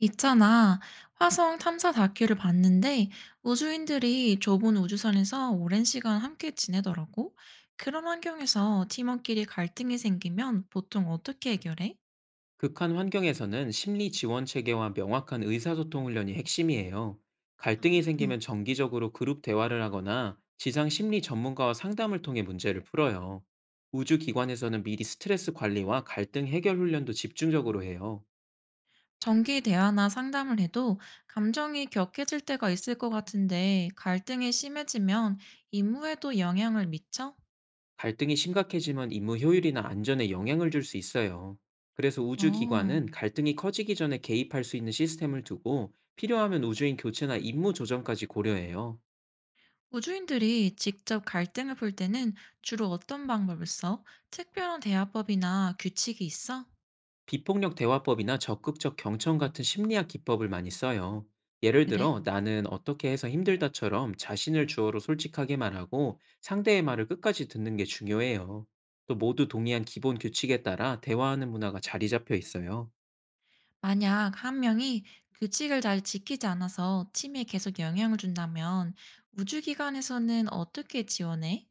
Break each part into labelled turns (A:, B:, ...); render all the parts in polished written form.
A: 있잖아. 화성 탐사 다큐를 봤는데 우주인들이 좁은 우주선에서 오랜 시간 함께 지내더라고. 그런 환경에서 팀원끼리 갈등이 생기면 보통 어떻게 해결해?
B: 극한 환경에서는 심리 지원 체계와 명확한 의사소통 훈련이 핵심이에요.
A: 아,
B: 갈등이 생기면 정기적으로 그룹 대화를 하거나 지상 심리 전문가와 상담을 통해 문제를 풀어요. 우주기관에서는 미리 스트레스 관리와 갈등 해결 훈련도 집중적으로 해요.
A: 정기 대화나 상담을 해도 감정이 격해질 때가 있을 것 같은데 갈등이 심해지면 임무에도 영향을 미쳐?
B: 갈등이 심각해지면 임무 효율이나 안전에 영향을 줄 수 있어요. 그래서
A: 어,
B: 우주기관은 갈등이 커지기 전에 개입할 수 있는 시스템을 두고, 필요하면 우주인 교체나 임무 조정까지 고려해요.
A: 우주인들이 직접 갈등을 풀 때는 주로 어떤 방법을 써? 특별한 대화법이나 규칙이 있어?
B: 비폭력 대화법이나 적극적 경청 같은 심리학 기법을 많이 써요. 예를
A: 그래?
B: 들어, 나는 어떻게 해서 힘들다처럼 자신을 주어로 솔직하게 말하고 상대의 말을 끝까지 듣는 게 중요해요. 또 모두 동의한 기본 규칙에 따라 대화하는 문화가 자리 잡혀 있어요.
A: 만약 한 명이 규칙을 잘 지키지 않아서 팀에 계속 영향을 준다면 우주기관에서는 어떻게 지원해?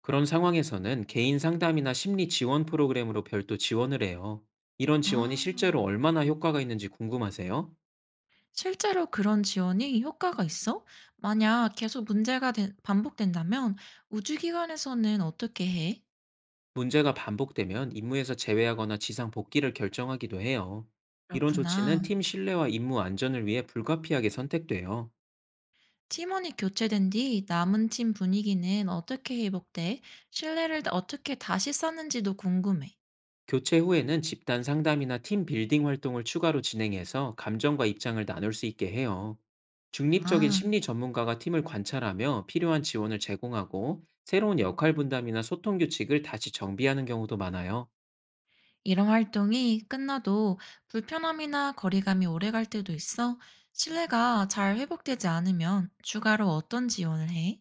B: 그런 상황에서는 개인 상담이나 심리 지원 프로그램으로 별도 지원을 해요. 이런 지원이
A: 아,
B: 실제로 얼마나 효과가 있는지 궁금하세요?
A: 실제로 그런 지원이 효과가 있어? 만약 계속 반복된다면 우주기관에서는 어떻게 해?
B: 문제가 반복되면 임무에서 제외하거나 지상 복귀를 결정하기도 해요. 이런 조치는
A: 그렇구나.
B: 팀 신뢰와 임무 안전을 위해 불가피하게 선택돼요.
A: 팀원이 교체된 뒤 남은 팀 분위기는 어떻게 회복돼? 신뢰를 어떻게 다시 쌓는지도 궁금해.
B: 교체 후에는 집단 상담이나 팀 빌딩 활동을 추가로 진행해서 감정과 입장을 나눌 수 있게 해요. 중립적인
A: 아.
B: 심리 전문가가 팀을 관찰하며 필요한 지원을 제공하고, 새로운 역할 분담이나 소통 규칙을 다시 정비하는 경우도 많아요.
A: 이런 활동이 끝나도 불편함이나 거리감이 오래 갈 때도 있어. 신뢰가 잘 회복되지 않으면 추가로 어떤 지원을 해?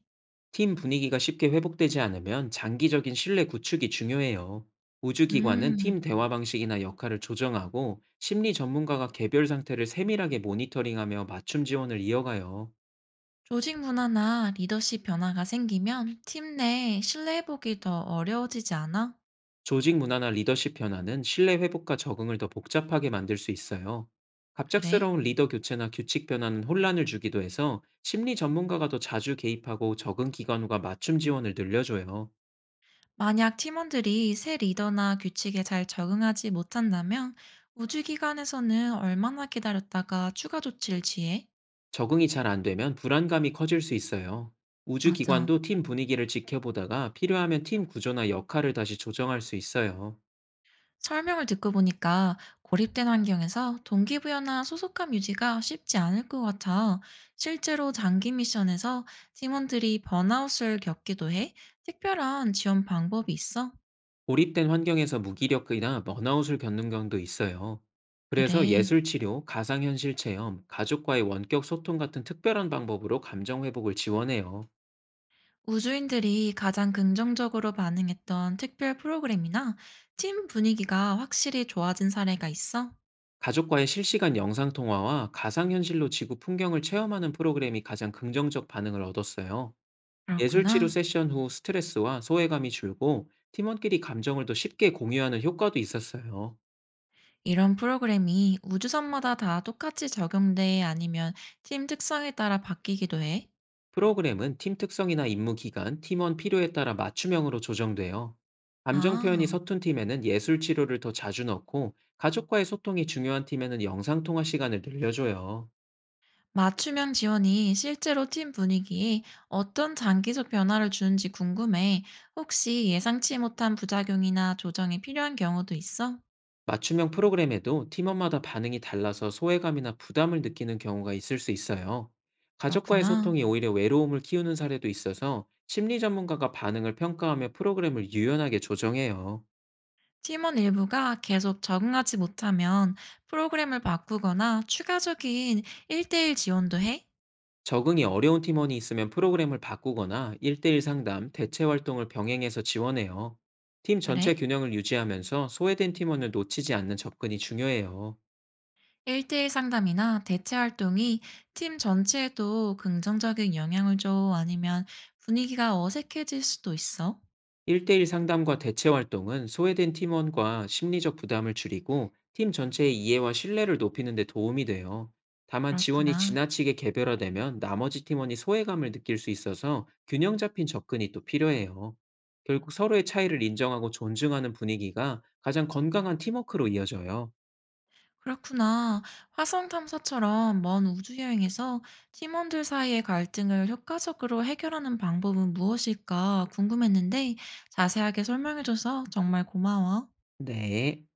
B: 팀 분위기가 쉽게 회복되지 않으면 장기적인 신뢰 구축이 중요해요. 우주기관은 팀
A: 음,
B: 대화 방식이나 역할을 조정하고, 심리 전문가가 개별 상태를 세밀하게 모니터링하며 맞춤 지원을 이어가요.
A: 조직 문화나 리더십 변화가 생기면 팀 내 신뢰 회복이 더 어려워지지 않아?
B: 조직 문화나 리더십 변화는 신뢰 회복과 적응을 더 복잡하게 만들 수 있어요.
A: 그래?
B: 갑작스러운 리더 교체나 규칙 변화는 혼란을 주기도 해서, 심리 전문가가 더 자주 개입하고 적응 기관과 맞춤 지원을 늘려줘요.
A: 만약 팀원들이 새 리더나 규칙에 잘 적응하지 못한다면 우주기관에서는 얼마나 기다렸다가 추가 조치를 취해?
B: 적응이 잘 안 되면 불안감이 커질 수 있어요.
A: 맞아.
B: 우주기관도 팀 분위기를 지켜보다가 필요하면 팀 구조나 역할을 다시 조정할 수 있어요.
A: 설명을 듣고 보니까 고립된 환경에서 동기부여나 소속감 유지가 쉽지 않을 것 같아. 실제로 장기 미션에서 팀원들이 번아웃을 겪기도 해. 특별한 지원 방법이 있어?
B: 고립된 환경에서 무기력이나 머나웃을 겪는 경우도 있어요. 그래서
A: 그래.
B: 예술치료, 가상현실 체험, 가족과의 원격 소통 같은 특별한 방법으로 감정회복을 지원해요.
A: 우주인들이 가장 긍정적으로 반응했던 특별 프로그램이나 팀 분위기가 확실히 좋아진 사례가 있어?
B: 가족과의 실시간 영상통화와 가상현실로 지구 풍경을 체험하는 프로그램이 가장 긍정적 반응을 얻었어요. 예술 치료
A: 그렇구나.
B: 세션 후 스트레스와 소외감이 줄고 팀원끼리 감정을 더 쉽게 공유하는 효과도 있었어요.
A: 이런 프로그램이 우주선마다 다 똑같이 적용돼 아니면 팀 특성에 따라 바뀌기도 해?
B: 프로그램은 팀 특성이나 임무 기간, 팀원 필요에 따라 맞춤형으로 조정돼요. 감정 표현이
A: 아.
B: 서툰 팀에는 예술 치료를 더 자주 넣고, 가족과의 소통이 중요한 팀에는 영상 통화 시간을 늘려줘요.
A: 맞춤형 지원이 실제로 팀 분위기에 어떤 장기적 변화를 주는지 궁금해. 혹시 예상치 못한 부작용이나 조정이 필요한 경우도 있어?
B: 맞춤형 프로그램에도 팀원마다 반응이 달라서 소외감이나 부담을 느끼는 경우가 있을 수 있어요. 가족과의
A: 그렇구나.
B: 소통이 오히려 외로움을 키우는 사례도 있어서, 심리 전문가가 반응을 평가하며 프로그램을 유연하게 조정해요.
A: 팀원 일부가 계속 적응하지 못하면 프로그램을 바꾸거나 추가적인 1대1 지원도 해?
B: 적응이 어려운 팀원이 있으면 프로그램을 바꾸거나 1대1 상담, 대체 활동을 병행해서 지원해요. 팀 전체
A: 그래?
B: 균형을 유지하면서 소외된 팀원을 놓치지 않는 접근이 중요해요.
A: 1대1 상담이나 대체 활동이 팀 전체에도 긍정적인 영향을 줘? 아니면 분위기가 어색해질 수도 있어?
B: 1대1 상담과 대체 활동은 소외된 팀원과 심리적 부담을 줄이고 팀 전체의 이해와 신뢰를 높이는 데 도움이 돼요. 다만 지원이
A: 그렇구나.
B: 지나치게 개별화되면 나머지 팀원이 소외감을 느낄 수 있어서 균형 잡힌 접근이 또 필요해요. 결국 서로의 차이를 인정하고 존중하는 분위기가 가장 건강한 팀워크로 이어져요.
A: 그렇구나. 화성 탐사처럼 먼 우주 여행에서 팀원들 사이의 갈등을 효과적으로 해결하는 방법은 무엇일까 궁금했는데 자세하게 설명해줘서 정말 고마워.
B: 네.